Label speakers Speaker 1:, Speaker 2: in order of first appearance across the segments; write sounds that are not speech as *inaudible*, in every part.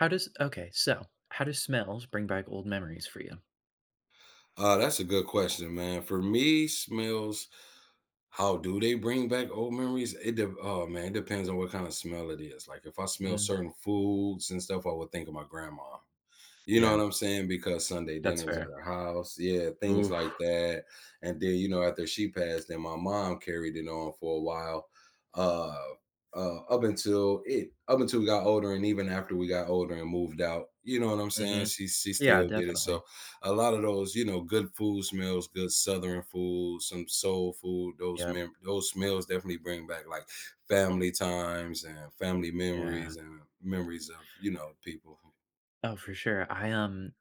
Speaker 1: How does okay, so how do smells bring back old memories for you?
Speaker 2: That's a good question, man. For me, smells, how do they bring back old memories? Oh man, it depends on what kind of smell it is. Like if I smell
Speaker 1: Mm,
Speaker 2: certain foods and stuff, I would think of my grandma. You know
Speaker 1: yeah,
Speaker 2: what I'm saying? Because Sunday
Speaker 1: that's
Speaker 2: dinners at
Speaker 1: fair.
Speaker 2: her house, yeah, things
Speaker 1: Ooh.
Speaker 2: like that. And then, you know, after she passed, then my mom carried it on for a while, uh, up until we got older, and even after we got older and moved out, you know what I'm saying?
Speaker 1: Mhm.
Speaker 2: She
Speaker 1: Yeah,
Speaker 2: still did it.
Speaker 1: definitely.
Speaker 2: So a lot of those, you know, good food smells, good Southern food, some soul food.
Speaker 1: Yep.
Speaker 2: Those smells definitely bring back like family times and family
Speaker 1: Yeah.
Speaker 2: memories and memories of you know people.
Speaker 1: Oh, for sure. I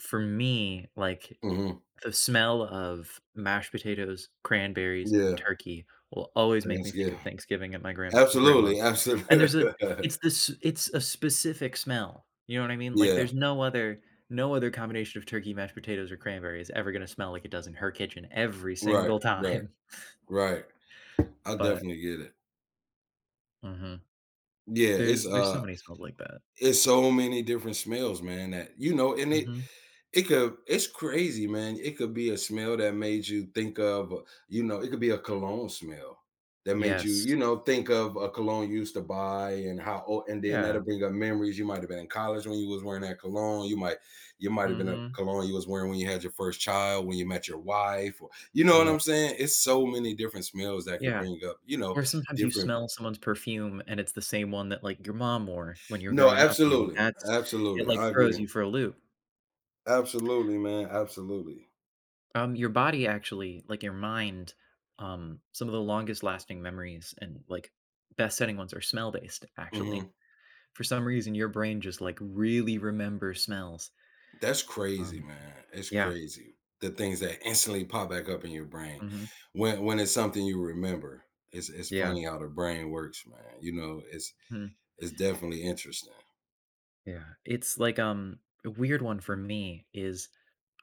Speaker 1: for me, like,
Speaker 2: Hmm.
Speaker 1: the smell of mashed potatoes, cranberries, and
Speaker 2: Yeah.
Speaker 1: turkey will always make me think
Speaker 2: Thanksgiving.
Speaker 1: of Thanksgiving at my grandma's.
Speaker 2: Absolutely,
Speaker 1: And
Speaker 2: absolutely.
Speaker 1: there's a
Speaker 2: *laughs*
Speaker 1: it's this it's a specific smell, you know what I mean? Like,
Speaker 2: Yeah,
Speaker 1: there's no other, no other combination of turkey, mashed potatoes, or cranberry is ever gonna smell like it does in her kitchen every
Speaker 2: right,
Speaker 1: single
Speaker 2: right,
Speaker 1: time. *laughs*
Speaker 2: right. I
Speaker 1: But
Speaker 2: definitely get it.
Speaker 1: mhm,
Speaker 2: Yeah,
Speaker 1: there's so many smells like that.
Speaker 2: it's so many different smells, man, that you know, and it
Speaker 1: Mhm.
Speaker 2: It could it's crazy, man. It could be a smell that made you think of, you know, it could be a cologne smell that made you,
Speaker 1: Yes.
Speaker 2: you know, think of a cologne you used to buy and how oh, and then
Speaker 1: Yeah.
Speaker 2: that'll bring up memories. You might have been in college when you was wearing that cologne. You might have been a
Speaker 1: Mhm.
Speaker 2: cologne you was wearing when you had your first child, when you met your wife, or you know what
Speaker 1: Yeah.
Speaker 2: I'm saying? It's so many different smells that could
Speaker 1: Yeah.
Speaker 2: bring up, you know,
Speaker 1: Or sometimes you
Speaker 2: different.
Speaker 1: smell someone's perfume, and it's the same one that, like, your mom wore when you were
Speaker 2: No,
Speaker 1: growing up, and you're like,
Speaker 2: absolutely.
Speaker 1: "That's" it,
Speaker 2: Absolutely.
Speaker 1: like,
Speaker 2: I
Speaker 1: throws
Speaker 2: agree.
Speaker 1: you for a loop.
Speaker 2: Absolutely, man. Absolutely.
Speaker 1: Your body actually, like, your mind, some of the longest lasting memories and, like, best setting ones are smell-based, actually.
Speaker 2: Mhm.
Speaker 1: For some reason, your brain just, like, really remembers smells.
Speaker 2: That's crazy,
Speaker 1: Um,
Speaker 2: man. It's
Speaker 1: yeah.
Speaker 2: crazy. The things that instantly pop back up in your brain
Speaker 1: Mhm.
Speaker 2: when it's something you remember. It's
Speaker 1: Yeah.
Speaker 2: funny how the brain works, man.
Speaker 1: Mhm.
Speaker 2: It's definitely interesting.
Speaker 1: Yeah. It's like, a weird one for me is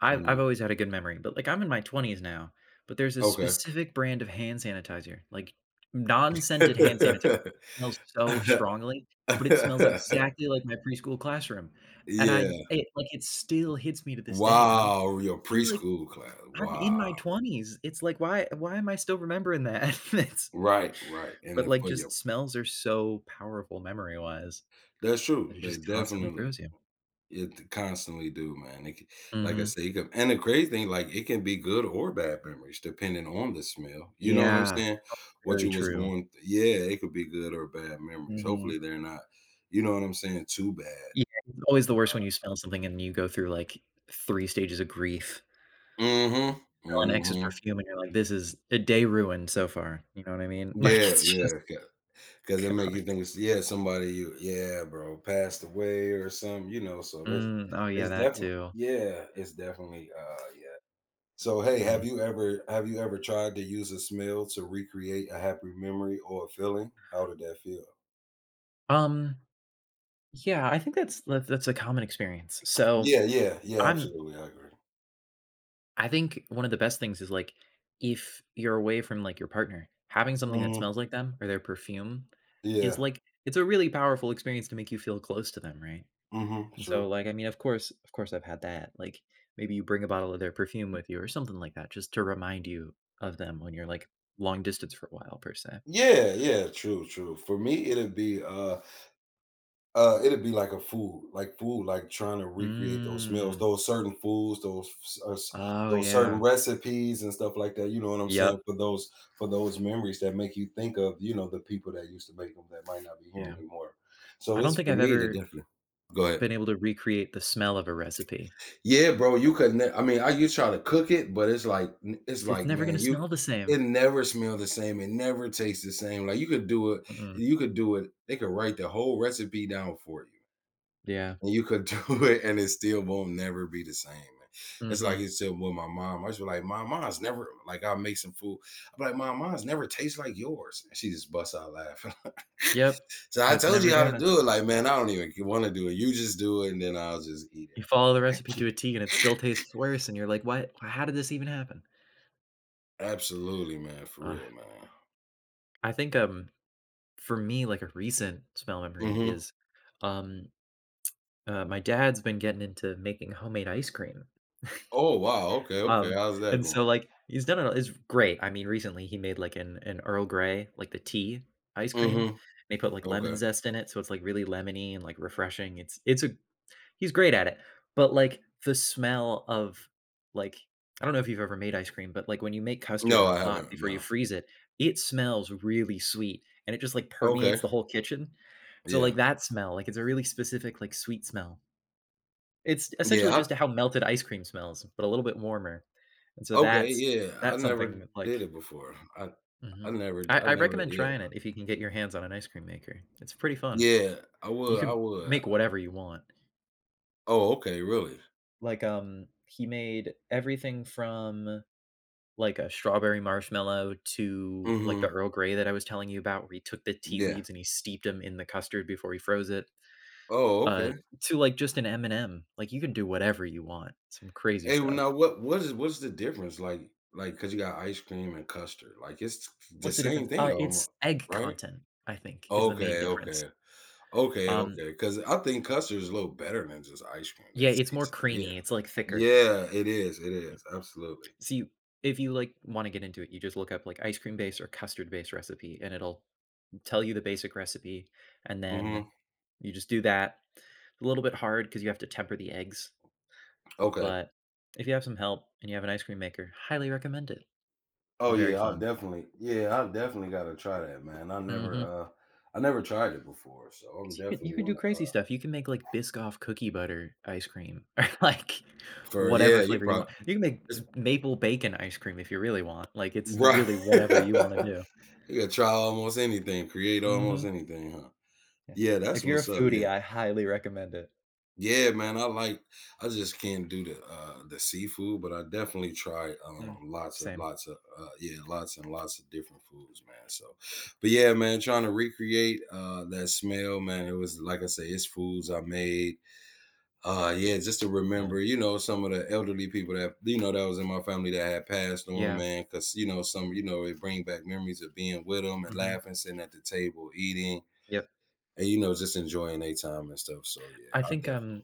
Speaker 1: I've
Speaker 2: Mhm.
Speaker 1: always had a good memory, but, like, I'm in my 20s now, but there's a
Speaker 2: Okay.
Speaker 1: specific brand of hand sanitizer, like, non-scented hand sanitizer
Speaker 2: *laughs*
Speaker 1: smells so strongly, but it smells exactly like my preschool classroom, and I
Speaker 2: Yeah.
Speaker 1: it like, it still hits me to this day, and I'm like
Speaker 2: Wow, your
Speaker 1: I'm like,
Speaker 2: preschool class.
Speaker 1: "I'm in
Speaker 2: Wow.
Speaker 1: my 20s, it's like, why am I still remembering that?" *laughs* It's
Speaker 2: Right, right. And
Speaker 1: but,
Speaker 2: then
Speaker 1: like,
Speaker 2: for
Speaker 1: just
Speaker 2: your
Speaker 1: smells are so powerful memory-wise
Speaker 2: That's true.
Speaker 1: that it
Speaker 2: They
Speaker 1: just constantly
Speaker 2: definitely.
Speaker 1: throws you.
Speaker 2: It constantly do, man. It c Like I
Speaker 1: Mhm.
Speaker 2: say, it could and the crazy thing, like, it can be good or bad memories depending on the smell, you know what I'm
Speaker 1: Yeah,
Speaker 2: saying? What
Speaker 1: very
Speaker 2: you was
Speaker 1: true.
Speaker 2: going th- Yeah, it could be good or bad memories.
Speaker 1: Mhm.
Speaker 2: Hopefully, they're not, you know what I'm saying, too bad.
Speaker 1: Yeah, it's always the worst when you smell something and you go through, like, 3 stages of grief.
Speaker 2: Mhm,
Speaker 1: Smell an ex's
Speaker 2: mhm.
Speaker 1: perfume and you're like, "This is a day ruined so far." You know what I mean? *laughs* Like,
Speaker 2: Yeah,
Speaker 1: it's
Speaker 2: yeah,
Speaker 1: just
Speaker 2: cause it make
Speaker 1: God.
Speaker 2: you think it's yeah, somebody you yeah, bro, passed away or something, you know, so that's
Speaker 1: Mm, oh, yeah,
Speaker 2: it's
Speaker 1: that
Speaker 2: definitely.
Speaker 1: too.
Speaker 2: Yeah, it's definitely, yeah. So hey,
Speaker 1: Mhm.
Speaker 2: have you ever tried to use a smell to recreate a happy memory or a feeling? How did that feel?
Speaker 1: Um, yeah, I think that's that's a common experience. So,
Speaker 2: Yeah, yeah, yeah,
Speaker 1: I'm
Speaker 2: absolutely. I agree.
Speaker 1: I think one of the best things is, like, if you're away from, like, your partner, having something that
Speaker 2: Mhm.
Speaker 1: smells like them or their perfume is,
Speaker 2: Yeah.
Speaker 1: like, it's a really powerful experience to make you feel close to them, right?
Speaker 2: Mhm.
Speaker 1: And so,
Speaker 2: True.
Speaker 1: like, I mean, of course I've had that, like, maybe you bring a bottle of their perfume with you or something like that just to remind you of them when you're, like, long distance for a while per se.
Speaker 2: Yeah, yeah, true, true. For me, it'd be It'd be like a food, like trying to recreate those smells,
Speaker 1: Mm.
Speaker 2: those certain foods,
Speaker 1: Oh,
Speaker 2: those certain
Speaker 1: yeah.
Speaker 2: recipes and stuff like that. You know what I'm
Speaker 1: Yep.
Speaker 2: saying? For those memories that make you think of, you know, the people that used to make them that might not be here
Speaker 1: Yeah.
Speaker 2: anymore.
Speaker 1: I
Speaker 2: So
Speaker 1: don't
Speaker 2: it's
Speaker 1: think
Speaker 2: for
Speaker 1: I've
Speaker 2: me to
Speaker 1: ever
Speaker 2: definitely go ahead.
Speaker 1: been able to recreate the smell of a recipe.
Speaker 2: Yeah, bro, you could. I mean, I you try to cook it, but it's
Speaker 1: It's
Speaker 2: like
Speaker 1: never gonna
Speaker 2: man,
Speaker 1: smell
Speaker 2: you
Speaker 1: the same.
Speaker 2: it never smell the same. It never tastes the same. Like you could do it.
Speaker 1: Mm-mm.
Speaker 2: You could do it. They could write the whole recipe down for you,
Speaker 1: Yeah.
Speaker 2: and you could *laughs* do it, and it still won't never be the same, man.
Speaker 1: Mhm.
Speaker 2: It's still with my mom. I just be like, my mom's never like I'll make some food. I'm like, my mom's never tastes like yours. And she just busts out laughing.
Speaker 1: Yep.
Speaker 2: *laughs* So I
Speaker 1: It's
Speaker 2: told
Speaker 1: never
Speaker 2: you how to
Speaker 1: gonna.
Speaker 2: do it. Like, man, I don't even want to do it. You just do it, and then I'll just eat
Speaker 1: You follow the recipe to
Speaker 2: it.
Speaker 1: a
Speaker 2: *laughs*
Speaker 1: T and it still tastes worse, and you're like, "What? How did this even happen?"
Speaker 2: Absolutely, man. For
Speaker 1: Ugh.
Speaker 2: real, man.
Speaker 1: I think, for me, like, a recent smell memory
Speaker 2: Mm-hmm.
Speaker 1: is, um, my dad's been getting into making homemade ice cream,
Speaker 2: Oh wow. Okay. Okay.
Speaker 1: um,
Speaker 2: How's that
Speaker 1: and
Speaker 2: going?
Speaker 1: so, like, he's done it it's great, I mean, recently he made, like, an Earl Grey, like, the tea ice cream, and
Speaker 2: Mm-hmm.
Speaker 1: he put, like, lemon
Speaker 2: Okay.
Speaker 1: zest in it, so it's, like, really lemony and, like, refreshing, it's a he's great at it. But like the smell of like I don't know if you've ever made ice cream, but like when you make custard
Speaker 2: No,
Speaker 1: in a
Speaker 2: I
Speaker 1: pot
Speaker 2: haven't.
Speaker 1: before you
Speaker 2: No.
Speaker 1: freeze it, it smells really sweet and it just like permeates
Speaker 2: Okay.
Speaker 1: the whole kitchen. So
Speaker 2: Yeah.
Speaker 1: like that smell, like it's a really specific like sweet smell. It's essentially
Speaker 2: Yeah.
Speaker 1: just how melted ice cream smells, but a little bit warmer. And so
Speaker 2: Okay, yeah, I
Speaker 1: that's
Speaker 2: never
Speaker 1: something that like
Speaker 2: did it before. I I
Speaker 1: mhm.
Speaker 2: never d
Speaker 1: I,
Speaker 2: I
Speaker 1: I
Speaker 2: never
Speaker 1: recommend
Speaker 2: yeah.
Speaker 1: trying it if you can get your hands on an ice cream maker. It's pretty fun.
Speaker 2: Yeah, I
Speaker 1: You
Speaker 2: would, I
Speaker 1: can
Speaker 2: would.
Speaker 1: make whatever you want.
Speaker 2: Oh, okay, really?
Speaker 1: Like, he made everything from, like, a strawberry marshmallow to, like, the
Speaker 2: Mhm,
Speaker 1: Earl Grey that I was telling you about, where he took the tea
Speaker 2: yeah.
Speaker 1: leaves and he steeped them in the custard before he froze it,
Speaker 2: Oh,
Speaker 1: uh,
Speaker 2: okay.
Speaker 1: to, like, just an M&M. Like, you can do whatever you want, some crazy
Speaker 2: Hey, well, now
Speaker 1: stuff.
Speaker 2: what is what's the difference? Cause you got ice cream and custard, like, it's the
Speaker 1: What's the
Speaker 2: same
Speaker 1: difference?
Speaker 2: thing
Speaker 1: It's
Speaker 2: almost,
Speaker 1: egg
Speaker 2: right?
Speaker 1: content, I think, is the main
Speaker 2: Okay,
Speaker 1: difference.
Speaker 2: okay. Okay,
Speaker 1: Um,
Speaker 2: okay. Cause I think custard is a little better than just ice cream,
Speaker 1: yeah,
Speaker 2: that's
Speaker 1: it's more
Speaker 2: tasty, yeah.
Speaker 1: creamy, it's, like, thicker.
Speaker 2: Yeah, it
Speaker 1: Yep.
Speaker 2: is, absolutely.
Speaker 1: See, if you, like, wanna get into it, you just look up, like, ice cream base or custard base recipe, and it'll tell you the basic recipe, and then
Speaker 2: Mhm,
Speaker 1: you just do that. A little bit hard because you have to temper the eggs,
Speaker 2: okay.
Speaker 1: but if you have some help and you have an ice cream maker, highly recommend it. It's very fun.
Speaker 2: Yeah, I definitely gotta try that, man.
Speaker 1: Hmm.
Speaker 2: I never tried it before, so I'm
Speaker 1: You
Speaker 2: definitely
Speaker 1: can do
Speaker 2: wanna
Speaker 1: crazy stuff. You can make like Biscoff cookie butter ice cream *laughs* or like
Speaker 2: for
Speaker 1: whatever
Speaker 2: yeah, you
Speaker 1: flavor you
Speaker 2: probably
Speaker 1: want. You can
Speaker 2: it's
Speaker 1: make maple bacon ice cream if you really want. Like it's
Speaker 2: right.
Speaker 1: really whatever you want to
Speaker 2: *laughs*
Speaker 1: do.
Speaker 2: You gotta try almost anything, create almost
Speaker 1: Hmm.
Speaker 2: anything, huh?
Speaker 1: Yeah.
Speaker 2: Yeah, that's
Speaker 1: If you're a
Speaker 2: what's up. Yeah.
Speaker 1: foodie, I highly recommend it.
Speaker 2: Yeah, man. I just can't do the seafood, but I definitely try
Speaker 1: Mm, same.
Speaker 2: lots of yeah, lots and lots of different foods, man. So but yeah, man, trying to recreate that smell, man. It was like I say, it's foods I made yeah just to
Speaker 1: Yeah.
Speaker 2: remember you know some of the elderly people that you know that was in my family that had passed on
Speaker 1: Yeah.
Speaker 2: man because you know some you know it bring back memories of being with them and
Speaker 1: Hmm.
Speaker 2: laughing sitting at the table eating
Speaker 1: Yep.
Speaker 2: and you know just enjoying their time and stuff so
Speaker 1: I
Speaker 2: yeah I
Speaker 1: think
Speaker 2: definitely.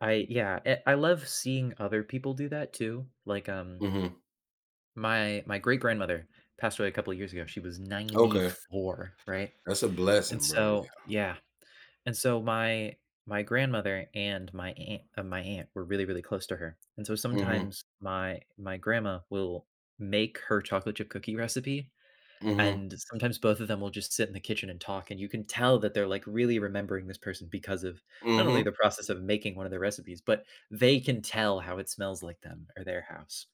Speaker 1: I yeah, eh, I love seeing other people do that too. Like,
Speaker 2: Hmm.
Speaker 1: my great-grandmother passed away a couple of years ago. She was
Speaker 2: Okay,
Speaker 1: 94, right?
Speaker 2: that's a
Speaker 1: And
Speaker 2: blessing bro,
Speaker 1: so
Speaker 2: yeah.
Speaker 1: yeah. And so my grandmother and my aunt were really, really close to her. And so
Speaker 2: Mm-hmm.
Speaker 1: sometimes my grandma will make her chocolate chip cookie recipe
Speaker 2: Mm-hmm.
Speaker 1: and sometimes both of them will just sit in the kitchen and talk, and you can tell that they're, like, really remembering this person because of not only
Speaker 2: Mm-hmm.
Speaker 1: the process of making one of their recipes, but they can tell how it smells like them or their house.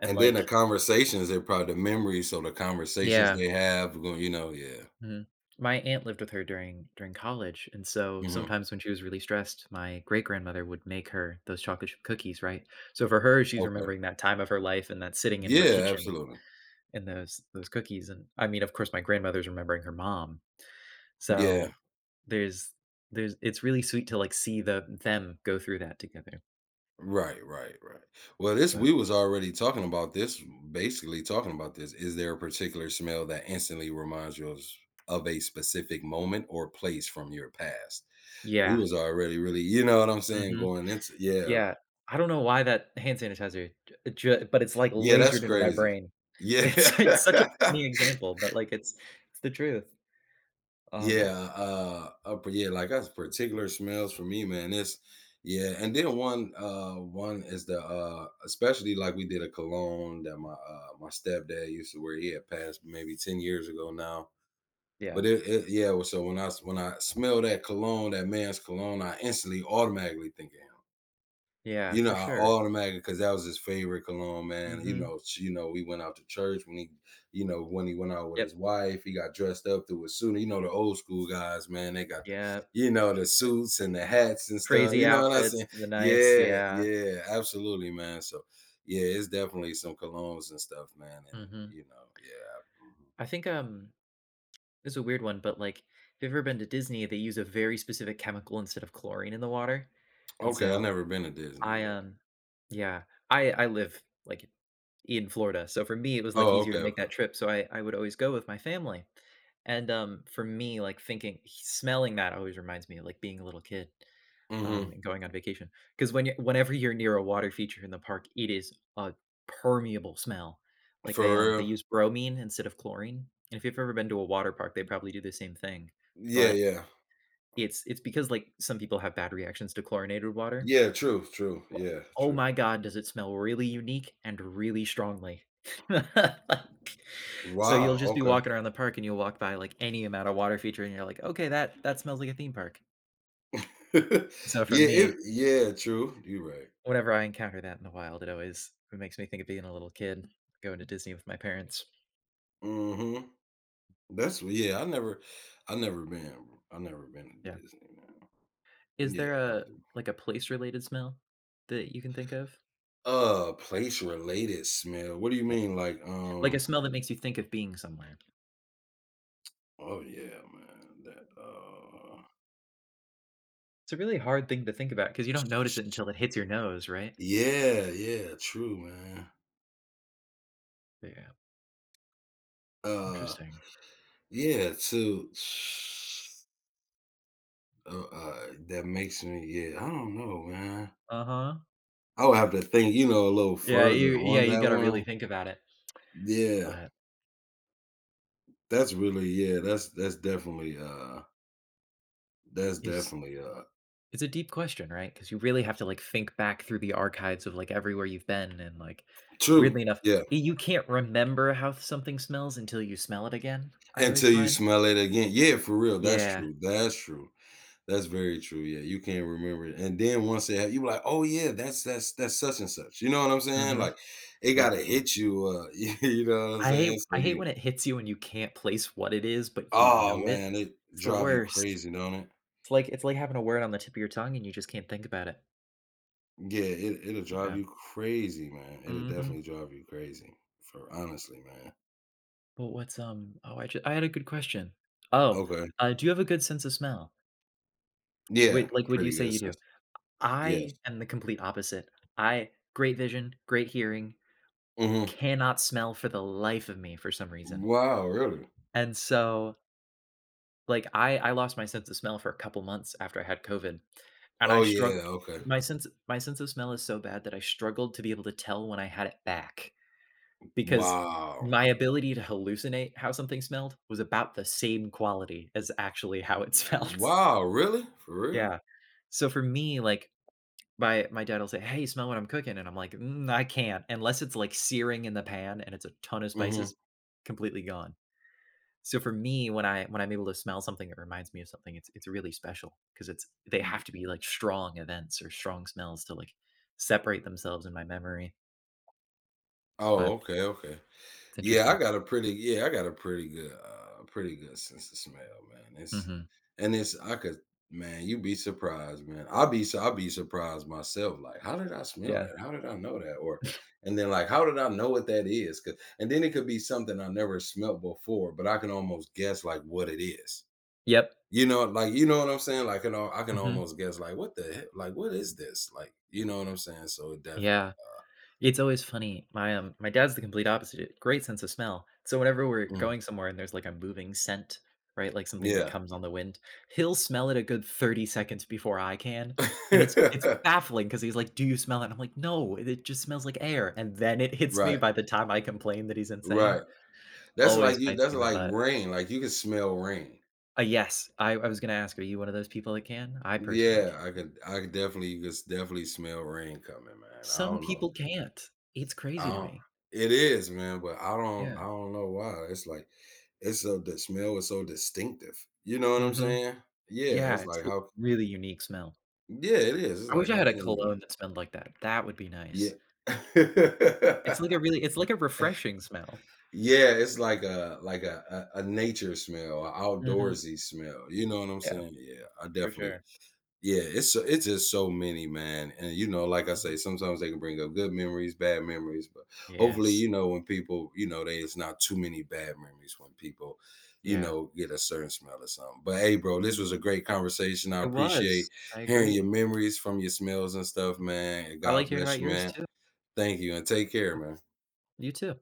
Speaker 1: And,
Speaker 2: And then
Speaker 1: like,
Speaker 2: the conversations they're probably the memories, so the conversations
Speaker 1: yeah,
Speaker 2: they have going, you know, yeah.
Speaker 1: mhm. My aunt lived with her during college, and so
Speaker 2: Mm-hmm.
Speaker 1: sometimes when she was really stressed, my great-grandmother would make her those chocolate chip cookies, right? So for her, she's
Speaker 2: Okay.
Speaker 1: remembering that time of her life and that sitting in her
Speaker 2: Yeah,
Speaker 1: kitchen
Speaker 2: absolutely.
Speaker 1: and those cookies, and I mean, of course, my grandmother's remembering her mom,
Speaker 2: Yeah.
Speaker 1: so there's there's it's really sweet to, like, see the them go through that together,
Speaker 2: Right, right, right. Well, this
Speaker 1: but
Speaker 2: we was already talking about this, basically talking about this. Is there a particular smell that instantly reminds you of a specific moment or place from your past? We
Speaker 1: yeah.
Speaker 2: was already really, you know what I'm saying,
Speaker 1: Mhm.
Speaker 2: going into yeah,
Speaker 1: Yeah. I don't know why that hand sanitizer j ju but it's, like,
Speaker 2: yeah, that's
Speaker 1: lasered into my
Speaker 2: crazy.
Speaker 1: brain. *laughs*
Speaker 2: Yeah.
Speaker 1: It's such a funny
Speaker 2: *laughs*
Speaker 1: example, but, like, it's the truth. Um,
Speaker 2: Yeah, like that's particular smells for me, man. It's yeah, and then one is the especially like we did a cologne that my stepdad used to wear. He had passed maybe 10 years ago now.
Speaker 1: yeah.
Speaker 2: But it yeah, well, when I smell that cologne, that man's cologne, I instantly automatically think of him.
Speaker 1: Yeah,
Speaker 2: You know,
Speaker 1: for
Speaker 2: I
Speaker 1: sure.
Speaker 2: automatically because that was his favorite cologne, man. You
Speaker 1: Mhm.
Speaker 2: know, she, you know, we went out to church when he, you know, when he went out with
Speaker 1: Yep.
Speaker 2: his wife, he got dressed up to a suit. You know, the old school guys, man, they got the,
Speaker 1: Yeah.
Speaker 2: you know, the suits and the hats and stuff.
Speaker 1: Crazy
Speaker 2: You know what I'm
Speaker 1: outfits,
Speaker 2: saying?
Speaker 1: the nice
Speaker 2: Yeah,
Speaker 1: yeah.
Speaker 2: yeah, absolutely, man. So, yeah, it's definitely some colognes and stuff, man. And
Speaker 1: Mhm.
Speaker 2: you know, yeah. Mhm.
Speaker 1: I think, it's a weird one, but, like, if you've ever been to Disney, they use a very specific chemical instead of chlorine in the water, and
Speaker 2: Okay, I've
Speaker 1: so
Speaker 2: never been to Disney
Speaker 1: I,
Speaker 2: yet.
Speaker 1: yeah, I live, like, in Florida, so for me, it was, like,
Speaker 2: Oh,
Speaker 1: easier to
Speaker 2: okay,
Speaker 1: make that
Speaker 2: okay.
Speaker 1: trip, so I would always go with my family, and, for me, like, thinking smelling that always reminds me of, like, being a little kid
Speaker 2: Hmm.
Speaker 1: and going on vacation. Because when you whenever you're near a water feature in the park, it is a permeable smell. Like
Speaker 2: For
Speaker 1: they
Speaker 2: real?
Speaker 1: use bromine instead of chlorine. And if you've ever been to a water park, they probably do the same thing.
Speaker 2: Yeah,
Speaker 1: But
Speaker 2: yeah,
Speaker 1: it's because like some people have bad reactions to chlorinated water.
Speaker 2: yeah. True, true.
Speaker 1: Wha-
Speaker 2: Yeah,
Speaker 1: Oh
Speaker 2: true.
Speaker 1: my god, does it smell really unique and really strongly? *laughs* Like, so you'll
Speaker 2: Wow.
Speaker 1: just be
Speaker 2: Okay.
Speaker 1: walking around the park and you'll walk by like any amount of water feature and you're like, okay, that that smells like a theme park.
Speaker 2: *laughs* Yeah,
Speaker 1: So for me,
Speaker 2: yeah, true. You're right.
Speaker 1: whenever I encounter that in the wild, it always it makes me think of being a little kid going to Disney with my parents.
Speaker 2: Hmm. That's what- yeah. I never been to
Speaker 1: Yeah.
Speaker 2: Disney.
Speaker 1: Is
Speaker 2: Man. Yeah,
Speaker 1: there a
Speaker 2: absolutely.
Speaker 1: like a place related smell that you can think of?
Speaker 2: Place related smell. What do you
Speaker 1: Yeah.
Speaker 2: mean? Like,
Speaker 1: Like a smell that makes you think of being somewhere?
Speaker 2: oh yeah, man. That,
Speaker 1: It's a really hard thing to think about because you don't notice it until it hits your nose, right?
Speaker 2: yeah, yeah, true, man.
Speaker 1: Yeah.
Speaker 2: Uh,
Speaker 1: Interesting.
Speaker 2: yeah, too. *sighs* That makes me. Yeah, I don't know, man.
Speaker 1: Uh huh.
Speaker 2: I would have to think, you know, a little
Speaker 1: Yeah. You
Speaker 2: further
Speaker 1: yeah
Speaker 2: on
Speaker 1: you
Speaker 2: that
Speaker 1: got to really
Speaker 2: one.
Speaker 1: think about it.
Speaker 2: Yeah.
Speaker 1: But
Speaker 2: That's really yeah, that's
Speaker 1: is
Speaker 2: definitely,
Speaker 1: it's a deep question, right? Because you really have to, like, think back through the archives of, like, everywhere you've been and, like,
Speaker 2: true.
Speaker 1: weirdly enough,
Speaker 2: Yeah,
Speaker 1: y you can't remember how something smells until you smell it again, I always
Speaker 2: until you
Speaker 1: find.
Speaker 2: smell it again. Yeah, for real, that's
Speaker 1: Yeah.
Speaker 2: true, that's true. That's very true, yeah, you can't remember it, and then once it ha you be like, "Oh, yeah, that's that's such and such," you know what I'm saying?
Speaker 1: Mhm.
Speaker 2: Like, it
Speaker 1: Yep.
Speaker 2: gotta hit you, *laughs* you know what I'm
Speaker 1: I hate
Speaker 2: saying? So
Speaker 1: I hate
Speaker 2: you
Speaker 1: when it hits you and you can't place what it is, but you
Speaker 2: oh,
Speaker 1: know it.
Speaker 2: man, it
Speaker 1: It's the
Speaker 2: drive you
Speaker 1: worst.
Speaker 2: crazy, don't it?
Speaker 1: It's like having a word on the tip of your tongue and you just can't think about it.
Speaker 2: Yeah, it'll drive
Speaker 1: Yeah.
Speaker 2: you crazy, man. It'll
Speaker 1: Mhm.
Speaker 2: definitely drive you crazy, for honestly, man.
Speaker 1: But what's, oh, I just I had a good question. Oh,
Speaker 2: Okay.
Speaker 1: do you have a good sense of smell?
Speaker 2: Yeah,
Speaker 1: Wait, like, would you
Speaker 2: pretty
Speaker 1: say
Speaker 2: good
Speaker 1: you do?
Speaker 2: sense. Yeah.
Speaker 1: I am the complete opposite. I great vision, great hearing,
Speaker 2: Mhm.
Speaker 1: cannot smell for the life of me for some reason.
Speaker 2: Wow, really?
Speaker 1: And so, like, I lost my sense of smell for a couple months after I had COVID, and I
Speaker 2: Oh,
Speaker 1: struggled.
Speaker 2: yeah, okay.
Speaker 1: My sense of smell is so bad that I struggled to be able to tell when I had it back because
Speaker 2: Wow.
Speaker 1: my ability to hallucinate how something smelled was about the same quality as actually how it *laughs* smelled.
Speaker 2: Wow, really? For real?
Speaker 1: Yeah. So for me, like, my dad'll say, "Hey, smell what I'm cooking," and I'm like, "Mm, I can't," unless it's, like, searing in the pan and it's a ton of
Speaker 2: Mhm.
Speaker 1: spices, completely gone. So for me, when I'm able to smell something that reminds me of something, it's really special because it's they
Speaker 2: Mm.
Speaker 1: have to be, like, strong events or strong smells to, like, separate themselves in my memory,
Speaker 2: Oh,
Speaker 1: but
Speaker 2: okay, okay.
Speaker 1: it's interesting.
Speaker 2: Yeah, I got a pretty good, pretty good sense of smell, man. It's
Speaker 1: Mhm.
Speaker 2: and it's I could man, you'd be surprised, man. I'll be surprised myself, like, "How did I smell
Speaker 1: Yeah.
Speaker 2: that? How did I know that?" Or and then, like, "How did I know what that is?" 'Cause and then it could be something I never smelt before, but I can almost guess, like, what it is.
Speaker 1: Yep.
Speaker 2: You know, like you know what I'm saying. Like, you know, I can
Speaker 1: Mhm.
Speaker 2: almost guess, like, what the heck? Like, what is this? Like, you know what I'm saying. So it definitely,
Speaker 1: Yeah. It's always funny. My, my dad's the complete opposite, great sense of smell. So whenever we're
Speaker 2: mm,
Speaker 1: going somewhere and there's like a moving scent, right, like something that
Speaker 2: yeah,
Speaker 1: comes on the wind, he'll smell it a good 30 seconds before I can. And it's
Speaker 2: *laughs*
Speaker 1: baffling because he's like, "Do you smell it?" And I'm like, "No, it just smells like air." And then it hits me
Speaker 2: right,
Speaker 1: by the time I complain that he's
Speaker 2: right.
Speaker 1: insane.
Speaker 2: That's like
Speaker 1: Always
Speaker 2: you.
Speaker 1: bites me
Speaker 2: That's
Speaker 1: in the
Speaker 2: like
Speaker 1: butt.
Speaker 2: rain. Like you can smell rain.
Speaker 1: Yes, I was gonna ask, are you one of those people that can? I personally
Speaker 2: Yeah,
Speaker 1: can
Speaker 2: I could. I could definitely. You could definitely smell rain coming, man. I
Speaker 1: some
Speaker 2: don't know.
Speaker 1: people can't. It's
Speaker 2: I
Speaker 1: crazy to
Speaker 2: don't.
Speaker 1: me.
Speaker 2: It is, man. But I
Speaker 1: Yeah.
Speaker 2: don't. I don't know why. It's so the smell is so distinctive. You know what I'm
Speaker 1: Hmm.
Speaker 2: saying? Yeah.
Speaker 1: Yeah,
Speaker 2: It's like
Speaker 1: it's
Speaker 2: how.
Speaker 1: really unique smell.
Speaker 2: Yeah, it is. It's
Speaker 1: I wish
Speaker 2: like
Speaker 1: I
Speaker 2: how
Speaker 1: had a
Speaker 2: can you?
Speaker 1: cologne that smelled like that. That would be nice.
Speaker 2: Yeah. *laughs*
Speaker 1: It's like a really it's like a refreshing smell.
Speaker 2: Yeah, it's like a, a nature smell, a
Speaker 1: Mhm.
Speaker 2: outdoorsy smell. You know what I'm
Speaker 1: Yeah,
Speaker 2: saying? Yeah, I
Speaker 1: for
Speaker 2: definitely.
Speaker 1: sure.
Speaker 2: Yeah, it's it's just so many, man. And you know, like I
Speaker 1: Mhm.
Speaker 2: say, sometimes they can bring up good memories, bad memories, but hopefully,
Speaker 1: Yes.
Speaker 2: you know, when people, you know, there's not too many bad memories when people, you
Speaker 1: Yeah.
Speaker 2: know, get a certain smell or something. But hey, bro, this
Speaker 1: Mhm.
Speaker 2: was a great conversation. I
Speaker 1: It was.
Speaker 2: appreciate
Speaker 1: I
Speaker 2: hearing
Speaker 1: agree.
Speaker 2: your memories from your smells and stuff,
Speaker 1: Mhm.
Speaker 2: man.
Speaker 1: I
Speaker 2: God
Speaker 1: like hearing
Speaker 2: bless
Speaker 1: about
Speaker 2: you,
Speaker 1: yours
Speaker 2: man.
Speaker 1: too.
Speaker 2: Thank you and take care, man.
Speaker 1: You too.